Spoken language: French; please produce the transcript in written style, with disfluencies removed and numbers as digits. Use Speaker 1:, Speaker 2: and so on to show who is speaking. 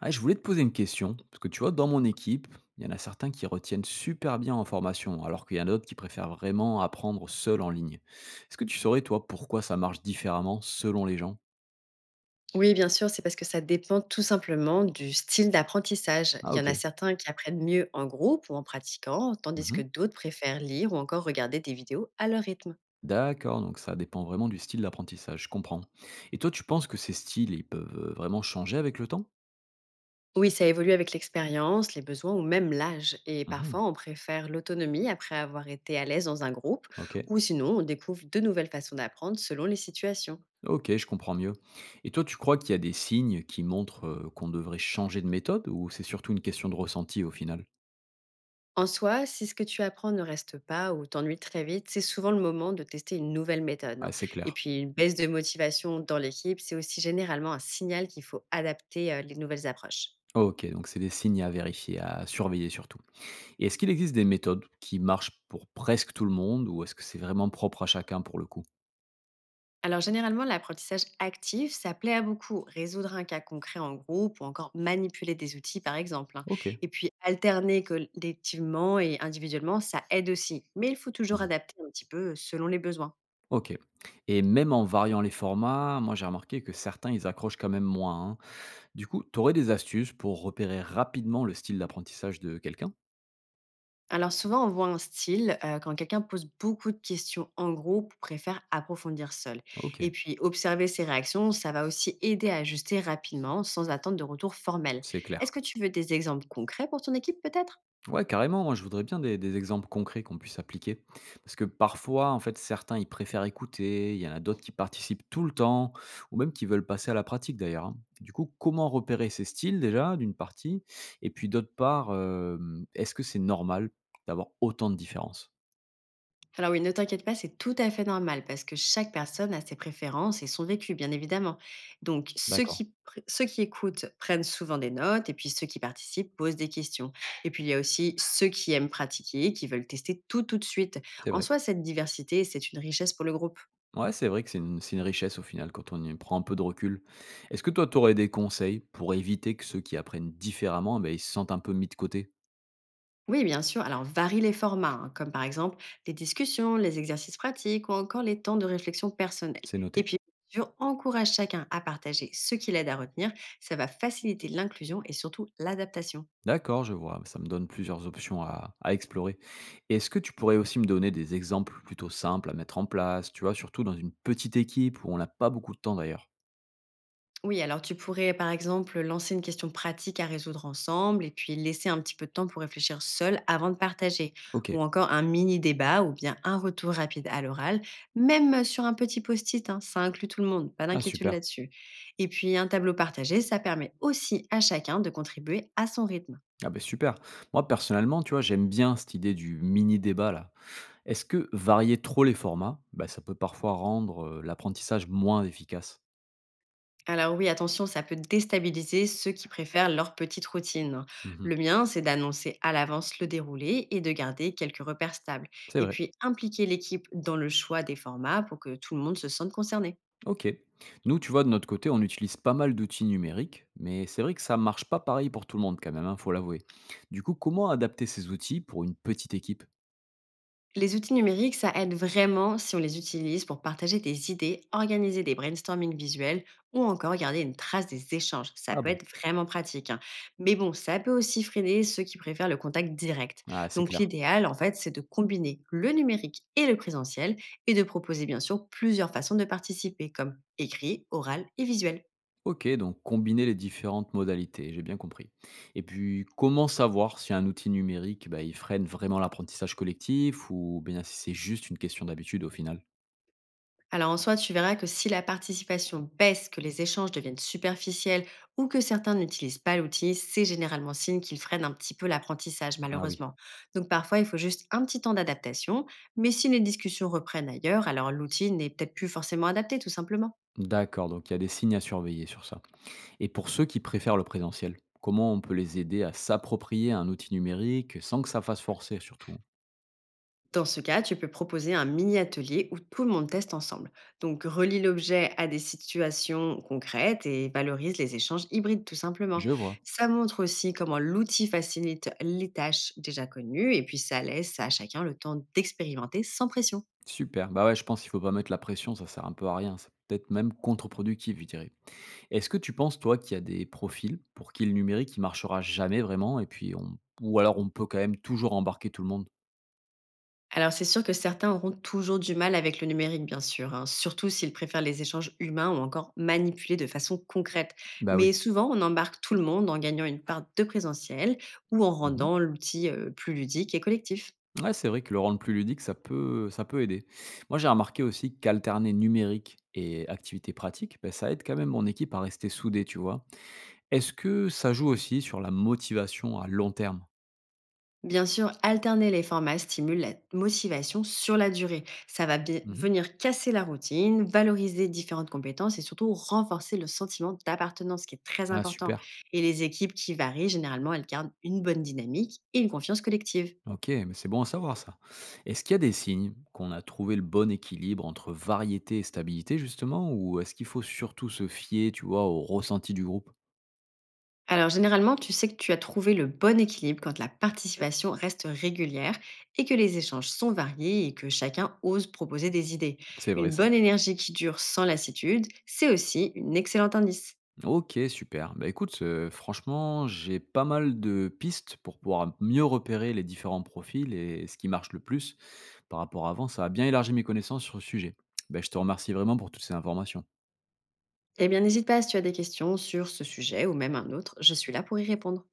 Speaker 1: Ah, je voulais te poser une question, parce que tu vois, dans mon équipe, il y en a certains qui retiennent super bien en formation, alors qu'il y en a d'autres qui préfèrent vraiment apprendre seul en ligne. Est-ce que tu saurais, toi, pourquoi ça marche différemment selon les gens?
Speaker 2: Oui, bien sûr, c'est parce que ça dépend tout simplement du style d'apprentissage.
Speaker 1: Ah,
Speaker 2: Il y en
Speaker 1: ok.
Speaker 2: a certains qui apprennent mieux en groupe ou en pratiquant, tandis que
Speaker 1: Mhm.
Speaker 2: d'autres préfèrent lire ou encore regarder des vidéos à leur rythme.
Speaker 1: D'accord, donc ça dépend vraiment du style d'apprentissage, je comprends. Et toi, tu penses que ces styles, ils peuvent vraiment changer avec le temps?
Speaker 2: Oui, ça évolue avec l'expérience, les besoins ou même l'âge. Et
Speaker 1: Mhm.
Speaker 2: parfois, on préfère l'autonomie après avoir été à l'aise dans un groupe,
Speaker 1: Ok.
Speaker 2: ou sinon, on découvre de nouvelles façons d'apprendre selon les situations.
Speaker 1: Ok, je comprends mieux. Et toi, tu crois qu'il y a des signes qui montrent qu'on devrait changer de méthode ou c'est surtout une question de ressenti au final?
Speaker 2: En soi, si ce que tu apprends ne reste pas ou t'ennuie très vite, c'est souvent le moment de tester une nouvelle méthode,
Speaker 1: Ouais,
Speaker 2: hein.
Speaker 1: c'est
Speaker 2: Et
Speaker 1: clair.
Speaker 2: puis, une baisse de motivation dans l'équipe, c'est aussi généralement un signal qu'il faut adapter les nouvelles approches.
Speaker 1: OK, donc c'est des signes à vérifier, à surveiller surtout. Et est-ce qu'il existe des méthodes qui marchent pour presque tout le monde ou est-ce que c'est vraiment propre à chacun pour le coup?
Speaker 2: Alors, généralement, l'apprentissage actif, ça plaît à beaucoup. Résoudre un cas concret en groupe ou encore manipuler des outils, par exemple, hein.
Speaker 1: OK.
Speaker 2: Et puis, alterner collectivement et individuellement, ça aide aussi. Mais il faut toujours
Speaker 1: Mmh.
Speaker 2: adapter un petit peu selon les besoins.
Speaker 1: OK. Et même en variant les formats, moi j'ai remarqué que certains ils accrochent quand même moins, hein. Du coup, tu aurais des astuces pour repérer rapidement le style d'apprentissage de quelqu'un?
Speaker 2: Alors souvent, on voit un style quand quelqu'un pose beaucoup de questions en groupe ou préfère approfondir seul. Et
Speaker 1: OK,
Speaker 2: puis, observer ses réactions, ça va aussi aider à ajuster rapidement sans attendre de retour formel.
Speaker 1: c'est
Speaker 2: Est-ce
Speaker 1: clair.
Speaker 2: que tu veux des exemples concrets pour ton équipe peut-être?
Speaker 1: Ouais, carrément, moi je voudrais bien des exemples concrets qu'on puisse appliquer. Parce que parfois, en fait, certains, ils préfèrent écouter, il y en a d'autres qui participent tout le temps, ou même qui veulent passer à la pratique d'ailleurs, hein. Du coup, comment repérer ces styles déjà, d'une partie? Et puis d'autre part, est-ce que c'est normal d'avoir autant de différences?
Speaker 2: Alors oui, ne t'inquiète pas, c'est tout à fait normal parce que chaque personne a ses préférences et son vécu, bien évidemment. Donc,
Speaker 1: D'accord,
Speaker 2: ceux qui écoutent prennent souvent des notes et puis ceux qui participent posent des questions. Et puis, il y a aussi ceux qui aiment pratiquer, qui veulent tester tout tout de suite.
Speaker 1: c'est
Speaker 2: En
Speaker 1: vrai.
Speaker 2: soi, cette diversité, c'est une richesse pour le groupe.
Speaker 1: Ouais, c'est vrai que c'est une richesse au final quand on y prend un peu de recul. Est-ce que toi, tu aurais des conseils pour éviter que ceux qui apprennent différemment, eh ben, ils se sentent un peu mis de côté?
Speaker 2: Oui, bien sûr. Alors, varie les formats, hein, comme par exemple les discussions, les exercices pratiques ou encore les temps de réflexion personnelle.
Speaker 1: C'est
Speaker 2: Et
Speaker 1: noté.
Speaker 2: puis, bien sûr, encourage chacun à partager ce qui l'aide à retenir. Ça va faciliter l'inclusion et surtout l'adaptation.
Speaker 1: D'accord, je vois. Ça me donne plusieurs options à explorer. Est-ce que tu pourrais aussi me donner des exemples plutôt simples à mettre en place, tu vois, surtout dans une petite équipe où on n'a pas beaucoup de temps d'ailleurs?
Speaker 2: Oui, alors tu pourrais par exemple lancer une question pratique à résoudre ensemble et puis laisser un petit peu de temps pour réfléchir seul avant de partager.
Speaker 1: Ok.
Speaker 2: Ou encore un mini débat ou bien un retour rapide à l'oral, même sur un petit post-it, hein, ça inclut tout le monde, pas
Speaker 1: Ah,
Speaker 2: d'inquiétude
Speaker 1: super.
Speaker 2: là-dessus. Et puis un tableau partagé, ça permet aussi à chacun de contribuer à son rythme.
Speaker 1: Ah ben super. Moi, personnellement, tu vois, j'aime bien cette idée du mini-débat là. Est-ce que varier trop les formats, bah, ça peut parfois rendre l'apprentissage moins efficace?
Speaker 2: Alors oui, attention, ça peut déstabiliser ceux qui préfèrent leur petite routine.
Speaker 1: Mhm.
Speaker 2: Le mien, c'est d'annoncer à l'avance le déroulé et de garder quelques repères stables.
Speaker 1: C'est
Speaker 2: Et
Speaker 1: vrai.
Speaker 2: puis impliquer l'équipe dans le choix des formats pour que tout le monde se sente concerné.
Speaker 1: OK. Nous, tu vois, de notre côté, on utilise pas mal d'outils numériques, mais c'est vrai que ça marche pas pareil pour tout le monde quand même, hein, faut l'avouer. Du coup, comment adapter ces outils pour une petite équipe?
Speaker 2: Les outils numériques, ça aide vraiment si on les utilise pour partager des idées, organiser des brainstorming visuels ou encore garder une trace des échanges. Ça
Speaker 1: Ah
Speaker 2: peut
Speaker 1: bon.
Speaker 2: être vraiment pratique, hein. Mais bon, ça peut aussi freiner ceux qui préfèrent le contact direct.
Speaker 1: Ah, c'est
Speaker 2: Donc
Speaker 1: clair.
Speaker 2: l'idéal, en fait, c'est de combiner le numérique et le présentiel et de proposer bien sûr plusieurs façons de participer, comme écrit, oral et visuel.
Speaker 1: OK, donc combiner les différentes modalités, j'ai bien compris. Et puis, comment savoir si un outil numérique, bah, il freine vraiment l'apprentissage collectif ou bien si c'est juste une question d'habitude au final?
Speaker 2: Alors en soi, tu verras que si la participation baisse, que les échanges deviennent superficiels ou que certains n'utilisent pas l'outil, c'est généralement signe qu'ils freinent un petit peu l'apprentissage,
Speaker 1: Ah oui.
Speaker 2: malheureusement. Donc parfois, il faut juste un petit temps d'adaptation, mais si les discussions reprennent ailleurs, alors l'outil n'est peut-être plus forcément adapté, tout simplement.
Speaker 1: D'accord, donc il y a des signes à surveiller sur ça. Et pour ceux qui préfèrent le présentiel, comment on peut les aider à s'approprier un outil numérique sans que ça fasse forcer surtout?
Speaker 2: Dans ce cas, tu peux proposer un mini-atelier où tout le monde teste ensemble. Donc, relie l'objet à des situations concrètes et valorise les échanges hybrides, tout simplement.
Speaker 1: Je vois,
Speaker 2: Ça montre aussi comment l'outil facilite les tâches déjà connues et puis ça laisse à chacun le temps d'expérimenter sans pression.
Speaker 1: super. Bah ouais, je pense qu'il faut pas mettre la pression, ça sert un peu à rien. C'est peut-être même contre-productif, je dirais. Est-ce que tu penses, toi, qu'il y a des profils pour qui le numérique, il marchera jamais vraiment et puis on... ou alors on peut quand même toujours embarquer tout le monde?
Speaker 2: Alors c'est sûr que certains auront toujours du mal avec le numérique, bien sûr, hein, surtout s'ils préfèrent les échanges humains ou encore manipulés de façon concrète.
Speaker 1: Bah oui.
Speaker 2: Mais souvent, on embarque tout le monde en gagnant une part de présentiel ou en
Speaker 1: Mhm.
Speaker 2: rendant l'outil plus ludique et collectif.
Speaker 1: Ouais, c'est vrai que le rendre plus ludique, ça peut aider. Moi, j'ai remarqué aussi qu'alterner numérique et activité pratique, ben, ça aide quand même mon équipe à rester soudée, tu vois. Est-ce que ça joue aussi sur la motivation à long terme?
Speaker 2: Bien sûr, alterner les formats stimule la motivation sur la durée. Ça va
Speaker 1: Mmh.
Speaker 2: venir casser la routine, valoriser différentes compétences et surtout renforcer le sentiment d'appartenance, qui est très
Speaker 1: Ah
Speaker 2: important.
Speaker 1: super.
Speaker 2: Et les équipes qui varient, généralement, elles gardent une bonne dynamique et une confiance collective.
Speaker 1: OK, mais c'est bon à savoir ça. Est-ce qu'il y a des signes qu'on a trouvé le bon équilibre entre variété et stabilité justement? Ou est-ce qu'il faut surtout se fier, tu vois, au ressenti du groupe?
Speaker 2: Alors généralement, tu sais que tu as trouvé le bon équilibre quand la participation reste régulière et que les échanges sont variés et que chacun ose proposer des idées.
Speaker 1: C'est vrai
Speaker 2: Une
Speaker 1: ça.
Speaker 2: bonne énergie qui dure sans lassitude, c'est aussi un excellent indice.
Speaker 1: OK, super. Bah, écoute, franchement, j'ai pas mal de pistes pour pouvoir mieux repérer les différents profils et ce qui marche le plus par rapport à avant. Ça a bien élargi mes connaissances sur le sujet. Bah, je te remercie vraiment pour toutes ces informations.
Speaker 2: Eh bien, n'hésite pas si tu as des questions sur ce sujet ou même un autre, je suis là pour y répondre.